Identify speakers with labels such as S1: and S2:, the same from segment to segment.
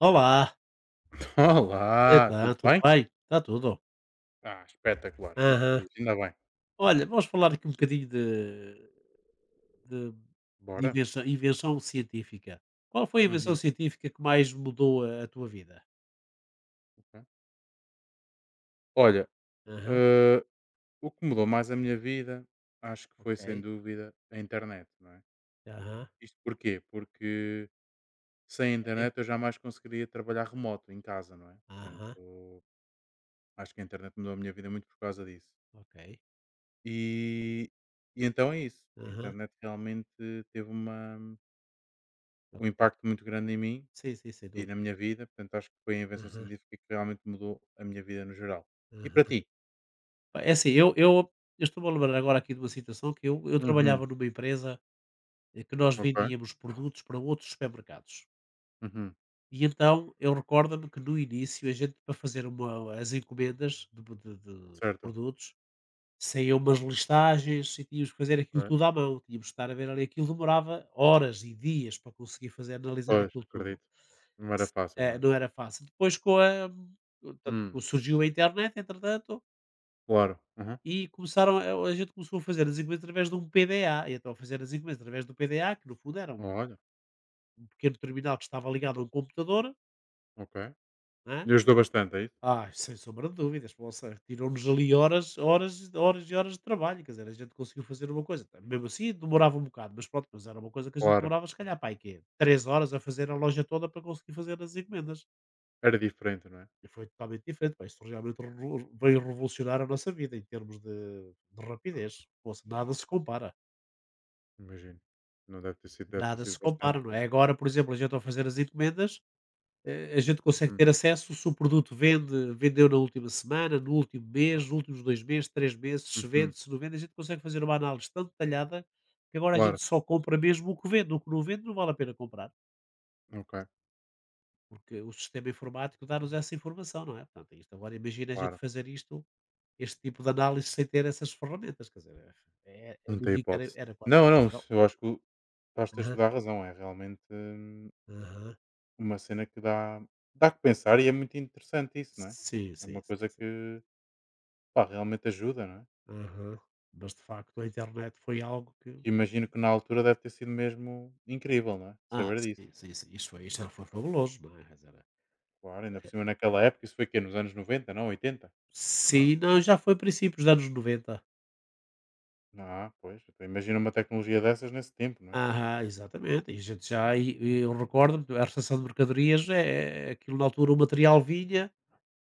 S1: Olá,
S2: Olá,
S1: então,
S2: tudo
S1: tudo
S2: bem?
S1: bem? Está tudo.
S2: Ah, espetacular, fico
S1: Aham.
S2: feliz, ainda bem.
S1: Olha, vamos falar aqui um bocadinho de- de
S2: Bora?
S1: invenção científica. Qual foi a invenção
S2: Uhum,
S1: científica que mais mudou a tua vida?
S2: ok. Olha,
S1: Aham,
S2: eh, o que mudou mais a minha vida, acho que foi
S1: ok.
S2: sem dúvida a internet, não é?
S1: Aham,
S2: Isto porquê? Porque sem a
S1: ok.
S2: internet eu jamais conseguiria trabalhar remoto em casa, não é?
S1: Aham,
S2: Portanto, acho que a internet mudou a minha vida muito por causa disso.
S1: ok.
S2: E, e então é isso. A
S1: Aham,
S2: internet realmente teve um
S1: ok.
S2: impacto muito grande em mim
S1: Sim, sim, sem
S2: e na
S1: dúvida.
S2: minha vida, portanto acho que foi a invenção
S1: Aham,
S2: científica que realmente mudou a minha vida no geral. E para
S1: aham.
S2: ti?
S1: Pá, é assim, eu estou a lembrar agora aqui de uma situação que eu trabalhava
S2: Uhum.
S1: numa empresa, que nós
S2: Ok.
S1: vendíamos produtos para outros supermercados.
S2: Uhum.
S1: E então eu recordo-me que no início a gente para fazer uma as encomendas de
S2: Certo.
S1: produtos, saíam umas listagens e tínhamos que fazer aquilo
S2: Ok.
S1: tudo à mão, tínhamos que estar a ver ali, aquilo demorava horas e dias para conseguir fazer analisar
S2: Pois,
S1: aquilo tudo.
S2: acredito. Não era fácil, não
S1: Eh,
S2: é?
S1: não era fácil. Depois com a portanto,
S2: Hum.
S1: surgiu a internet entretanto,
S2: Claro. Aham.
S1: e começaram a gente começou a fazer as encomendas através de um PDA, e então a fazer as encomendas através do PDA, que no fundo era um
S2: Olha,
S1: um pequeno terminal que estava ligado a um computador,
S2: ok.
S1: não é?
S2: Me ajudou bastante, é isso?
S1: Ah, sem sombra de dúvidas, pô, ou seja, tirou-nos ali horas, horas, horas e horas de trabalho, quer dizer, a gente conseguiu fazer uma coisa, tá, mesmo assim demorava um bocado, mas pronto, mas era uma coisa que a gente
S2: Claro.
S1: demorava, se calhar, pai aí quê? 3 horas a fazer a loja toda para conseguir fazer as encomendas,
S2: Era diferente, não é?
S1: e foi totalmente diferente, pá. Isso realmente veio revolucionar a nossa vida em termos de rapidez. Poxa, nada se compara,
S2: Imagino. Não deve ter sido, deve ter
S1: nada
S2: sido
S1: se compara,
S2: bastante.
S1: não é? Agora, por exemplo, a gente ao fazer as encomendas, a gente consegue
S2: Uhum.
S1: ter acesso se o produto vende, vendeu na última semana, no último mês, nos últimos 2 meses, 3 meses, se
S2: Uhum.
S1: vende, se não vende. A gente consegue fazer uma análise tão detalhada que agora a
S2: Claro.
S1: gente só compra mesmo o que vende, o que não vende não vale a pena comprar,
S2: Ok.
S1: porque o sistema informático dá-nos essa informação, não é? Portanto, isto agora, imagina a gente
S2: Claro.
S1: fazer isto, este tipo de análise sem ter essas ferramentas, quer dizer, é,
S2: Não
S1: não
S2: tem
S1: digo que era,
S2: hipótese.
S1: era quase
S2: Não, não,
S1: impossível.
S2: eu acho que estás a
S1: Aham,
S2: estudar a razão, é realmente.
S1: aham.
S2: Uma cena que dá que pensar e é muito interessante isso, não é?
S1: Sim,
S2: É
S1: sim,
S2: uma
S1: sim,
S2: coisa
S1: sim.
S2: que, pá, realmente ajuda, não é?
S1: Aham. Mas de facto a internet foi algo que...
S2: Que Imagino que na altura deve ter sido mesmo incrível, não é?
S1: Ah,
S2: Saber disso.
S1: sim, sim, sim. Isto foi isto era- foi fabuloso, não é? Quer dizer, claro.
S2: Claro, ainda por cima naquela época, isso foi quê? Nos anos noventa, não? Oitenta.
S1: Sim, não, já foi princípios dos anos 90.
S2: Ah, pois. Então imagina uma tecnologia dessas nesse tempo, não é?
S1: Ah, exatamente. E a gente já e eu recordo-me, a recepção de mercadorias, é, aquilo na altura o material vinha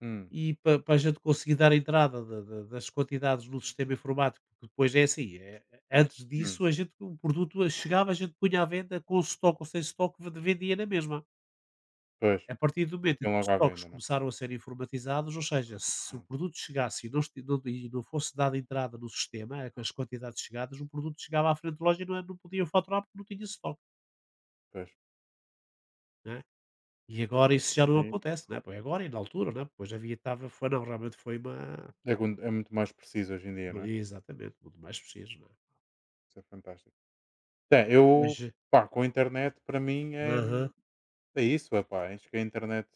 S2: Hum,
S1: e para a gente conseguir dar entrada da da das quantidades no sistema informático, porque depois é assim. Antes
S2: hum,
S1: disso a gente o produto chegava, a gente punha à venda com stock ou sem stock, ve vendia na mesma.
S2: pois.
S1: A partir do momento em
S2: Metiam
S1: que os
S2: logo à
S1: estoques
S2: venda, não é?
S1: começaram a ser informatizados, ou seja, se o
S2: Hum,
S1: produto chegasse e não fosse dada entrada no sistema, com as quantidades chegadas, o produto chegava à frente da loja e não podia faturar porque não tinha estoque.
S2: pois,
S1: Né? E
S2: pois,
S1: agora
S2: pois.
S1: isso já não
S2: Aí
S1: acontece, né? Pois agora e na altura, né, pois havia, estava, foi, não, realmente foi uma.
S2: é muito mais preciso hoje em dia, não é?
S1: Exatamente, muito mais preciso. Né?
S2: Isso é fantástico. É, eu,
S1: Hoje,
S2: pá, com a internet, para mim é,
S1: aham,
S2: é isso, é pá. Acho que a internet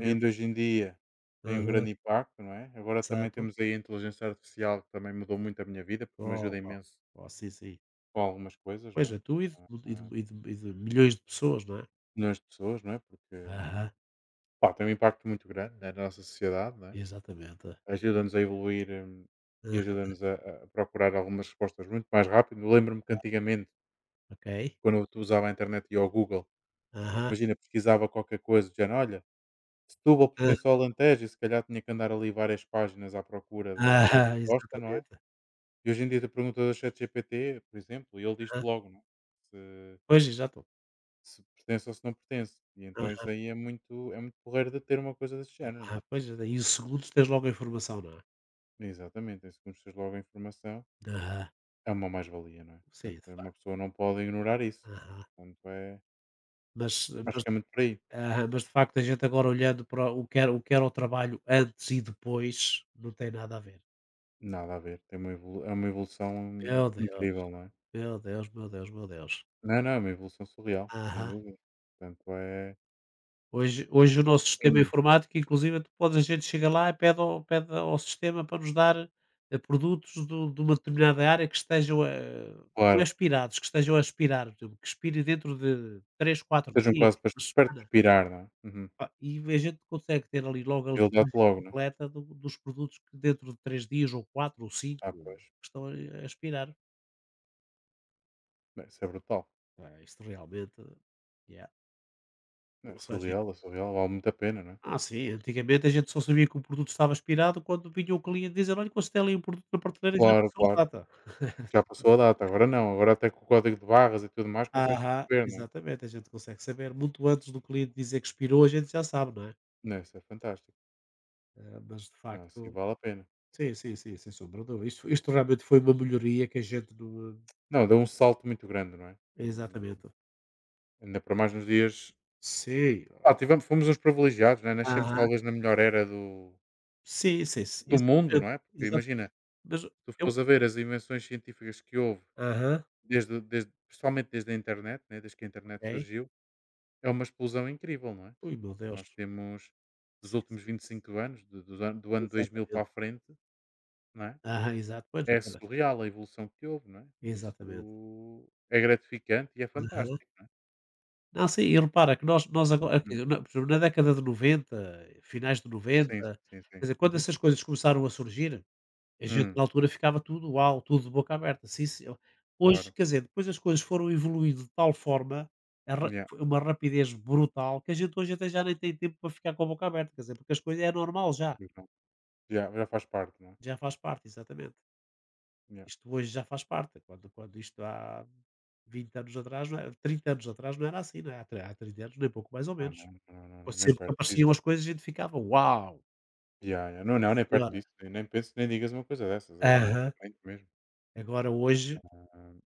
S2: ainda hoje em dia tem um
S1: aham,
S2: grande impacto, não é? Agora também
S1: exato.
S2: temos aí a inteligência artificial que também mudou muito a minha vida, porque me
S1: Oh,
S2: ajuda
S1: oh,
S2: imenso
S1: oh, sim, sim.
S2: com algumas coisas, não
S1: Pois
S2: é?
S1: é, tu e de,
S2: Ah,
S1: e
S2: ah,
S1: de- e de- e de milhões de pessoas, não é?
S2: milhões de pessoas, não é? Porque
S1: Aham,
S2: pá, tem um impacto muito grande né, na nossa sociedade, não é?
S1: exatamente.
S2: Ajuda-nos a evoluir, e
S1: Aham,
S2: ajuda-nos a procurar algumas respostas muito mais rápido. Eu lembro-me que antigamente,
S1: ok.
S2: quando eu usava a internet e ao Google,
S1: Aham.
S2: imagina, pesquisava qualquer coisa, do género, olha, Setúbal
S1: Hã.
S2: pertence ao Alentejo e se calhar tinha que andar ali várias páginas à procura da
S1: Aham,
S2: resposta, não é?
S1: exatamente.
S2: E hoje em dia tu perguntas ao ChatGPT, por exemplo, e ele diz-te
S1: Aham.
S2: logo, não é? Se,
S1: Pois, exato.
S2: se pertence ou se não pertence. E então isso
S1: Aham,
S2: aí é muito porreiro de ter uma coisa desse género, não é?
S1: aham. Pois, e os segundos tens logo a informação, não é?
S2: Exatamente, se conheces logo a informação,
S1: Aham.
S2: é uma mais-valia, não é?
S1: Sim, de
S2: Portanto, é uma
S1: facto.
S2: pessoa não pode ignorar isso.
S1: Aham.
S2: Portanto, é,
S1: Mas
S2: acho
S1: mas
S2: que é muito por aí.
S1: aham, mas de facto a gente agora olhando para o que era o trabalho antes e depois, não tem nada a ver.
S2: Nada a ver, tem uma evolu- é uma evolução
S1: Meu Deus,
S2: incrível, não é?
S1: meu Deus, meu Deus, meu Deus.
S2: Não, não, é uma evolução surreal, sem
S1: Aham.
S2: dúvida. Portanto, é.
S1: Hoje o nosso sistema
S2: Uhum,
S1: informático, inclusive, tu podes a gente chega lá e pede ao sistema para nos dar, produtos do, de uma determinada área, que estejam, não é
S2: claro,
S1: expirados, que estejam a expirar, por exemplo, que expire dentro de 3, 4
S2: estejam
S1: dias,
S2: quase para
S1: uma
S2: perto de
S1: semana,
S2: pirar, não é? Uhum.
S1: pá, e a gente consegue ter ali logo a
S2: Ele dá-te
S1: listagem
S2: logo, não é?
S1: completa do dos produtos que dentro de 3 dias ou 4 ou cinco
S2: Ah, pois.
S1: que estão a expirar.
S2: Não, isso é brutal.
S1: Pá, isto realmente, yeah,
S2: Não,
S1: não
S2: é
S1: faz...
S2: surreal, é surreal, vale muito a pena, não é?
S1: Ah, sim, antigamente a gente só sabia que o produto estava expirado quando vinha o cliente dizer: "Olha, consultei ali um produto na prateleira e já
S2: Claro,
S1: passou a
S2: claro.
S1: data".
S2: Já passou a data, agora não, agora até com o código de barras e tudo mais consegues
S1: Aham,
S2: perceber, não é?
S1: exatamente, a gente consegue saber muito antes do cliente dizer que expirou, a gente já sabe, não é?
S2: Não, isso é fantástico.
S1: Ah, mas de
S2: Não, assim
S1: facto
S2: vale a pena.
S1: sim, sim, sim, sem sombra de dúvida. Isto realmente foi uma melhoria que a gente não...
S2: Não, deu um salto muito grande, não é?
S1: Eh,
S2: Hum.
S1: exatamente.
S2: Ainda para mais nos dias.
S1: Sim.
S2: Ah, tivemos, fomos uns privilegiados, não é? Nascemos
S1: Aham.
S2: talvez na melhor era do,
S1: Sim, sim, sim,
S2: do mundo,
S1: exatamente,
S2: não é? Porque
S1: exato.
S2: imagina,
S1: Mas
S2: tu
S1: eu,
S2: fores a ver as invenções científicas que houve,
S1: aham,
S2: principalmente desde a internet, né? Desde que a internet
S1: ok.
S2: surgiu, é uma explosão incrível, não é?
S1: Ui, meu Deus.
S2: Nós temos dos
S1: Sim,
S2: últimos
S1: sim,
S2: 25 anos, ano 2000 para
S1: exatamente.
S2: a frente, não é?
S1: Aham, exato. Pois,
S2: É
S1: olha,
S2: surreal a evolução que houve, não é?
S1: exatamente.
S2: Isso é gratificante e é
S1: Aham.
S2: fantástico, não é?
S1: Não, sim, e repara que nós agora aqui
S2: Hum.
S1: na por exemplo, na década de noventa, finais de
S2: Sim, sim,
S1: noventa,
S2: sim.
S1: quer
S2: Sim.
S1: dizer, quando
S2: Uhum.
S1: essas coisas começaram a surgir, a gente
S2: Hum,
S1: na altura ficava tudo: "Uau!", tudo de boca aberta, sim senhor. Hoje,
S2: claro.
S1: quer dizer, depois as coisas foram evoluindo de tal forma, a ra
S2: Yeah,
S1: foi uma rapidez brutal, que a gente hoje até já nem tem tempo para ficar com a boca aberta, quer dizer, porque as coisas é normal já,
S2: pois não. Já já faz parte, não é?
S1: já faz parte, exatamente.
S2: Yeah.
S1: Isto hoje já faz parte, quando isto há 20 anos atrás não era, 30 anos atrás não era assim, não é, há 30 anos nem pouco, mais ou
S2: Ah,
S1: menos.
S2: não, não, não,
S1: Pois,
S2: não, nem
S1: sempre que
S2: perto
S1: apareciam
S2: disso.
S1: as coisas a gente ficava: "Uau,
S2: Yeah, yeah. Não, não,
S1: sim
S2: nem perto
S1: senhora".
S2: disso. Eu nem penso, nem digas uma coisa dessas. Era muito
S1: Aham.
S2: diferente mesmo.
S1: Agora hoje,
S2: Ah,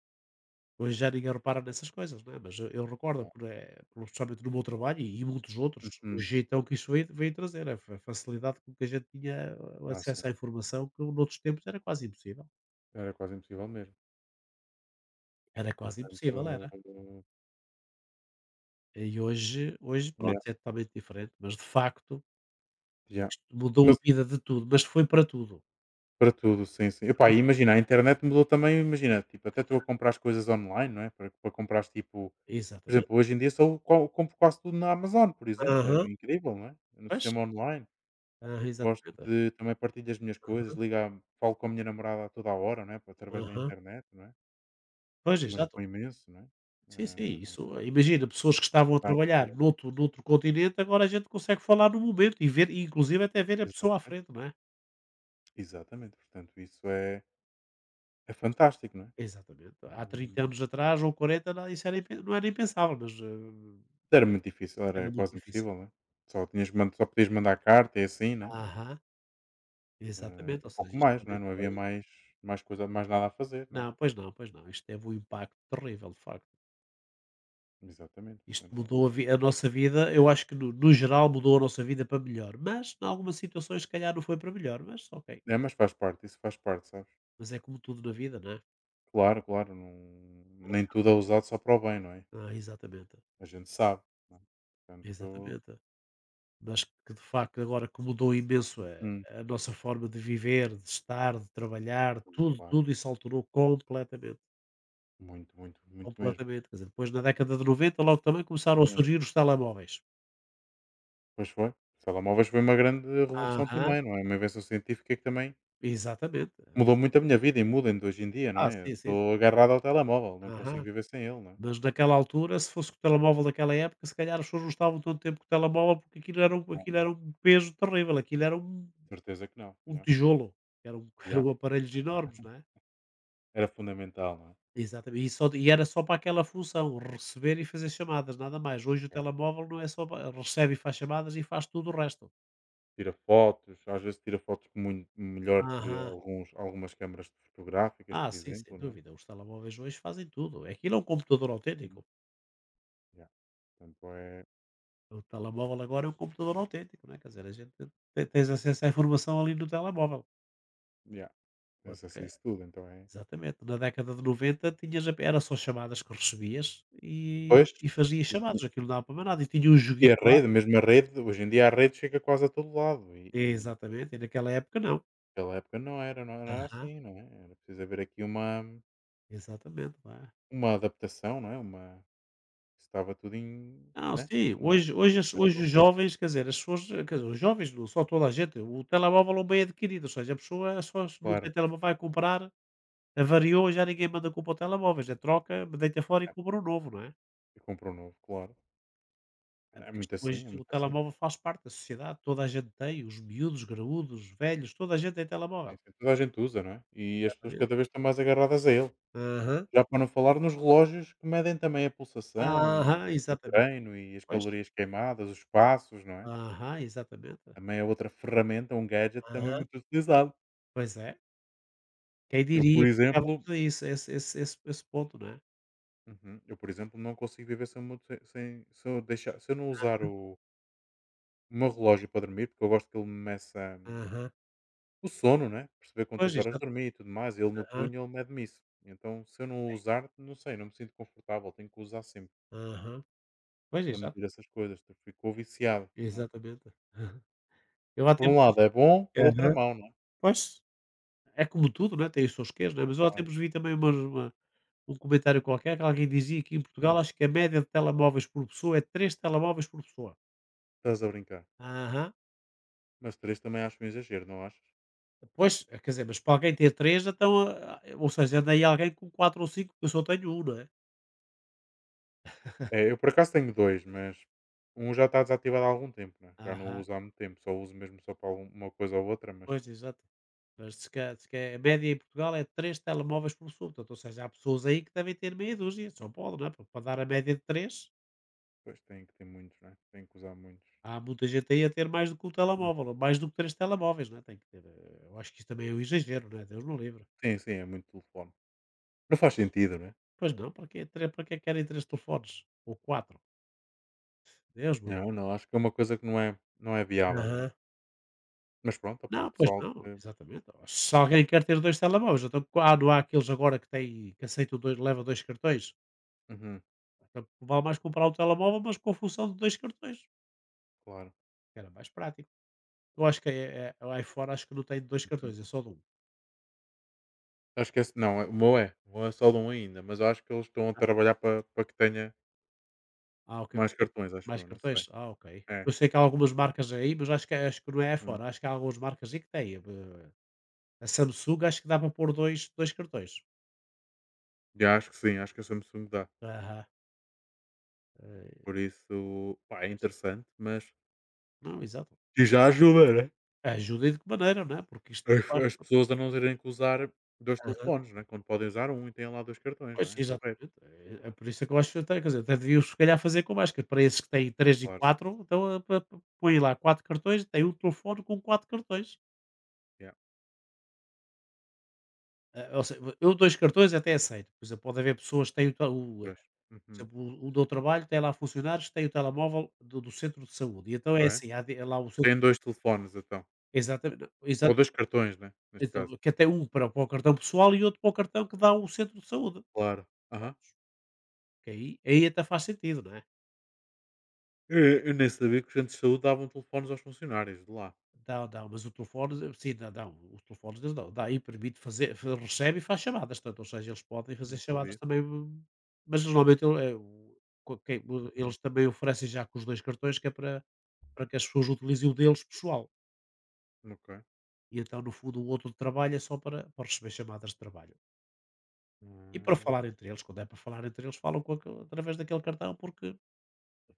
S1: já ninguém repara nessas coisas, não é, mas eu recordo
S2: tá.
S1: pelo, especialmente no meu trabalho e muitos outros, o
S2: Uhum.
S1: jeitão que isso veio trazer, a fa facilidade com que a gente tinha, o
S2: Ah, sim.
S1: acesso à informação que noutros tempos era quase impossível.
S2: Era quase impossível mesmo.
S1: Era quase
S2: Portanto,
S1: impossível era. E hoje, pronto,
S2: ya,
S1: é totalmente diferente, mas de facto
S2: ya.
S1: isto mudou a
S2: Mas
S1: vida de tudo, mas foi para tudo.
S2: para tudo, sim, sim. Epá, e imagina, a internet mudou também, imagina, tipo, até tu a comprar as coisas online, não é? Para, para comprar, tipo, por
S1: Exatamente.
S2: exemplo, hoje em dia só co- compro quase tudo na Amazon, por exemplo. É
S1: Aham.
S2: incrível, não é? É no
S1: Pois.
S2: sistema online.
S1: Aham,
S2: Gosto
S1: exatamente.
S2: de também partilho as minhas coisas,
S1: Aham,
S2: liga, falo com a minha namorada a toda a hora, não é? Através da
S1: aham.
S2: internet, não é?
S1: Pois,
S2: Mas
S1: exato.
S2: ajudou imenso, não é?
S1: Sim, sim, isso, imagina pessoas que estavam a
S2: Ah, tá,
S1: trabalhar noutro continente, agora a gente consegue falar no momento e ver, e inclusive até ver a pessoa à
S2: exatamente.
S1: frente, não é?
S2: Exatamente. Portanto, isso é, é fantástico, não é?
S1: Exatamente. Há 30
S2: Ah,
S1: anos atrás ou quarenta, não, isso era impen não era impensável, mas,
S2: era muito difícil,
S1: era
S2: era
S1: muito
S2: quase
S1: difícil.
S2: impossível, né? Só podias mandar carta e assim, né?
S1: Aham,
S2: Eh,
S1: exatamente,
S2: e
S1: ou
S2: pouco
S1: seja, isto
S2: mais, não é?
S1: realmente
S2: Não havia
S1: foi...
S2: mais coisa mais nada a fazer, não é?
S1: Não, pois não, pois não, isto teve um impacto terrível, de facto.
S2: Exatamente,
S1: Isto mudou a
S2: portanto
S1: vi a nossa vida. Eu acho que no geral mudou a nossa vida para melhor, mas em algumas situações se calhar não foi para melhor, mas ok,
S2: é, mas faz parte, isso faz parte, sabes?
S1: mas é como tudo na vida, não é?
S2: Claro, claro, não nem tudo é usado só para o bem, não é?
S1: Ah, exatamente.
S2: A gente sabe, não é? Portanto,
S1: Exatamente. Mas que de facto agora que mudou imenso
S2: hum,
S1: a nossa forma de viver, de estar, de trabalhar, tudo,
S2: claro,
S1: tudo isso alterou completamente.
S2: muito, muito, muito mesmo.
S1: Completamente. Quer dizer, depois na década de 90 logo também começaram a
S2: Hum,
S1: surgir os telemóveis.
S2: pois foi. Os telemóveis foi uma grande revolução
S1: Aham.
S2: também, não é? Uma invenção científica que também
S1: Exatamente.
S2: mudou muito a minha vida e muda ainda hoje em dia, não
S1: Ah,
S2: é? Eu
S1: sim, sim,
S2: estou
S1: sim.
S2: agarrado ao telemóvel, não
S1: Aham.
S2: consigo viver sem ele, não é?
S1: Mas naquela altura, se fosse com o telemóvel daquela época, se calhar as pessoas não estavam tanto tempo com o telemóvel porque aquilo era um,
S2: Não, não,
S1: peso terrível, aquilo era um,
S2: certeza que não.
S1: um
S2: Yeah,
S1: tijolo, eram,
S2: yeah.
S1: eram aparelhos enormes, não é?
S2: Era fundamental, não é?
S1: Exatamente, e era só para aquela função, receber e fazer chamadas, nada mais. Hoje o
S2: Yeah.
S1: telemóvel não é só pa recebe e faz chamadas e faz tudo o resto.
S2: Tira fotos, às vezes tira fotos muito melhor que
S1: Aham.
S2: alguns, algumas câmaras fotográficas,
S1: Ah,
S2: por
S1: sim, sem
S2: exemplo, não é?
S1: dúvida, os telemóveis hoje fazem tudo. Aquilo é um computador
S2: Uhum.
S1: autêntico.
S2: Yeah. Portanto, é.
S1: O telemóvel agora é um computador autêntico, né, quer dizer, a gente te tens acesso à informação ali no telemóvel.
S2: Yeah. Tens
S1: Enquanto que
S2: acesso a
S1: é?
S2: isso tudo, então é.
S1: Exatamente, na década de 90 tinhas, ape era só chamadas que recebias e
S2: Pois,
S1: e fazias
S2: e
S1: chamadas, aquilo não dava para mais nada e tinha um
S2: e
S1: joguinho
S2: a
S1: lá,
S2: rede, mesmo a rede, hoje em dia a rede chega quase a todo lado e
S1: exatamente, e naquela época não.
S2: naquela época não era, não era
S1: Aham.
S2: assim, não é? Era preciso haver aqui uma.
S1: Exatamente, não é?
S2: Uma adaptação, não é? Uma estava tudo em
S1: Não,
S2: né?
S1: sim,
S2: Não
S1: hoje,
S2: era
S1: hoje as hoje
S2: aquele
S1: os
S2: ritmo,
S1: jovens, quer dizer, as pessoas, quer dizer, os jovens não, só, toda a gente, o telemóvel é um bem adquirido, ou seja, a pessoa, é só, se não tem
S2: claro.
S1: telemóvel vai comprar, avariou, já ninguém manda comprar o telemóvel, já troca, deita fora e
S2: É,
S1: compra um novo, não é?
S2: e comprou um novo, claro.
S1: É
S2: É
S1: porque isto
S2: muito
S1: hoje
S2: assim, é
S1: o
S2: muito assim.
S1: telemóvel faz parte da sociedade, toda a gente tem, os miúdos, graúdos, velhos, toda a gente tem
S2: Sim,
S1: telemóvel.
S2: sim. Toda a gente usa, não é? E as pessoas
S1: Exatamente.
S2: cada vez estão mais agarradas a ele.
S1: Aham.
S2: Já para não falar nos relógios que medem também a pulsação
S1: Aham,
S2: e o
S1: exatamente.
S2: treino e as
S1: Pois.
S2: calorias queimadas, os passos, não é?
S1: Aham, exatamente.
S2: Também é outra ferramenta, um gadget também
S1: Aham.
S2: muito utilizado.
S1: Pois é. Quem
S2: Eu, por
S1: diria que
S2: exemplo,
S1: chegávamos a isso, a esse ponto, não é?
S2: uhum, eu, por exemplo, não consigo viver sem, se eu deixar, se eu não usar o meu relógio para dormir, porque eu gosto que ele me meça,
S1: Aham.
S2: o sono, né? Perceber
S1: Pois,
S2: quantas horas
S1: exato.
S2: dormi e tudo mais. Ele no
S1: Aham,
S2: punho, ele mede-me isso. Então, se eu não usar, não sei, não me sinto confortável. Tenho que usar sempre
S1: aham. Pois,
S2: para
S1: exato.
S2: medir essas coisas. Tu ficou viciado, não é?
S1: Exatamente. Aham. Eu há
S2: Por um
S1: tempos,
S2: lado é bom, por outro é
S1: aham.
S2: mau, não é?
S1: Pois, é como tudo, não é, tem os seus quês, não é, mas eu há
S2: Claro.
S1: tempos vi também umas uma um comentário qualquer que alguém dizia que em Portugal
S2: Hum,
S1: acho que a média de telemóveis por pessoa é 3 telemóveis por pessoa.
S2: Estás a brincar.
S1: Aham.
S2: Mas três também acho um exagero, não achas?
S1: Pois, quer dizer, mas para alguém ter 3 então, ou seja, anda aí alguém com 4 ou 5 porque eu só tenho 1, não é?
S2: É, eu por acaso tenho dois, mas um já está desativado há algum tempo, né? Já não o
S1: Aham.
S2: uso há muito tempo. Só uso mesmo só para algum- uma coisa ou outra, mas
S1: Pois, exato. Mas se ca a média em Portugal é 3 telemóveis por súbdito, ou seja, há pessoas aí que devem ter meia dúzia, só pode, não é? Porque para dar a média de 3
S2: depois tem que ter muitos, né? Tem que usar muitos.
S1: há muita gente aí a ter mais do que 1
S2: Hum.
S1: telemóvel, ou mais do que 3 telemóveis, não é? Tem que ter, eu acho que isso também é um exagero, não é? Deus não livre.
S2: Sim, sim, é muito telefone. Não faz sentido, né?
S1: Pois não, para quê tre para que querem três telefones? Ou quatro? Deus me livre.
S2: Não, não, acho que é uma coisa que não é, não é viável, não é?
S1: Aham.
S2: Mas pronto,
S1: Não,
S2: opá,
S1: pois
S2: pessoal
S1: não,
S2: que.
S1: exatamente. Oh, se alguém quer ter 2 telemóveis, então qua não há aqueles agora que têm que aceitam 2 leva 2 cartões?
S2: Uhum,
S1: Então vale mais comprar um telemóvel, mas com a função de 2 cartões,
S2: claro.
S1: que era mais prático. Eu acho que é lá fora acho que não tem 2
S2: Uhum.
S1: cartões, é só de 1.
S2: Acho que esse, não, é- o meu é. O meu é só de um ainda, mas eu acho que eles estão a trabalhar para que tenha
S1: Ah, ok, para
S2: mais
S1: ter
S2: cartões, acho
S1: mais
S2: eu, não sei.
S1: cartões? Ah, ok.
S2: É.
S1: Eu sei que há algumas marcas aí, mas acho que é, acho que não é aí
S2: Hum.
S1: fora, acho que há algumas marcas aí que têm. A Samsung acho que dá para pôr dois cartões.
S2: Já acho que sim, acho que a Samsung dá.
S1: Aham. Eh,
S2: Por isso, pá, é
S1: pois.
S2: interessante, mas.
S1: Não, exato.
S2: E já ajuda, né?
S1: Ajuda e de que maneira, não é? Porque isto
S2: As,
S1: claro.
S2: as pessoas a não terem que usar dois
S1: Aham,
S2: telefones, né? Quando podem usar um e têm lá dois cartões, não
S1: pois,
S2: é? É porreiro,
S1: exatamente. É por isso é que eu acho que até quer dizer, até deviam se calhar fazer com mais, que para esses que têm 3 e
S2: claro.
S1: 4 então, eh, p p põe lá 4 cartões, tem um telefone com 4 cartões.
S2: Yeah,
S1: Ah, ou se eu 2 cartões até aceito, por exemplo, pode haver pessoas que têm o ta o, eh,
S2: pois.
S1: por
S2: Uhum,
S1: exemplo, o onde eu trabalho tem lá funcionários que têm o telemóvel do centro de saúde, e então é
S2: ok.
S1: assim, há de é lá o centro
S2: Têm
S1: de
S2: dois
S1: saúde.
S2: telefones, então.
S1: Exatamente, não,
S2: Ou
S1: exato,
S2: 2 cartões, né, neste
S1: então
S2: caso.
S1: que até um para o cartão pessoal e outro para o cartão que dá o centro de saúde.
S2: Claro. Aham.
S1: Que aí até faz sentido, não é?
S2: Eu eu nem sabia que os centros de saúde davam telefones aos funcionários de lá.
S1: Dá dá, mas o telefone, sim, dá dá, os telefones deles dão, dá e permite fazer fa recebe e faz chamadas, tanto ou seja, eles podem fazer
S2: Não
S1: chamadas
S2: sabia.
S1: também, mas normalmente eu, o co quem o-
S2: Uhum.
S1: eles também oferecem já com os 2 cartões que é para que as pessoas utilizem o deles pessoal.
S2: Ok.
S1: E então, no fundo, o outro trabalha só para receber chamadas de trabalho. E para
S2: Hum.
S1: falar entre eles, quando é para falar entre eles, falam com aquele- através daquele cartão porque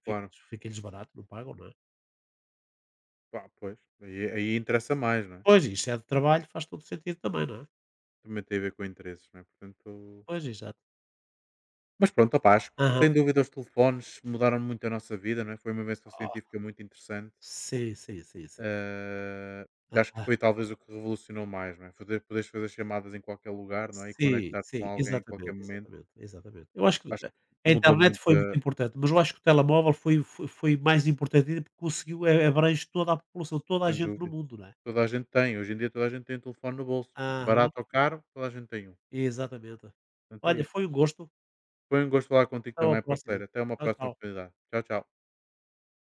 S1: fica-
S2: Claro.
S1: fica-lhes barato, não pagam, não é?
S2: Pá, pois, aí interessa mais, não é?
S1: Pois, isso é de trabalho, faz todo sentido também, não é?
S2: Também tem a ver com interesses, não é? Portanto
S1: Pois, exato.
S2: mas pronto, opá, acho que
S1: Aham.
S2: sem dúvida os telefones mudaram muito a nossa vida, não é? Foi uma invenção
S1: Ah,
S2: científica muito interessante.
S1: sim, sim, sim, sim.
S2: Hã, acho que
S1: Aham.
S2: foi talvez o que revolucionou mais, não é? Fazer poderes fazer chamadas em qualquer lugar, não é? E
S1: Sim,
S2: conectar-te com
S1: sim,
S2: alguém em qualquer
S1: exatamente,
S2: momento.
S1: exatamente, exatamente. Eu acho que
S2: Acho que
S1: a
S2: mudou
S1: internet
S2: muito.
S1: foi muito importante, mas eu acho que o telemóvel foi, foi mais importante ainda porque conseguiu, abrange toda a população, toda a
S2: Sem
S1: gente no
S2: dúvida.
S1: mundo, não é?
S2: Toda a gente tem. Hoje em dia toda a gente tem um telefone no bolso.
S1: Aham.
S2: Barato ou caro, toda a gente tem um.
S1: Exatamente.
S2: Portanto é
S1: Olha,
S2: isso.
S1: foi um gosto.
S2: Foi um gosto falar contigo
S1: Até uma
S2: também,
S1: próxima.
S2: parceiro. Até uma
S1: Tchau,
S2: próxima
S1: tchau.
S2: oportunidade. Tchau, tchau.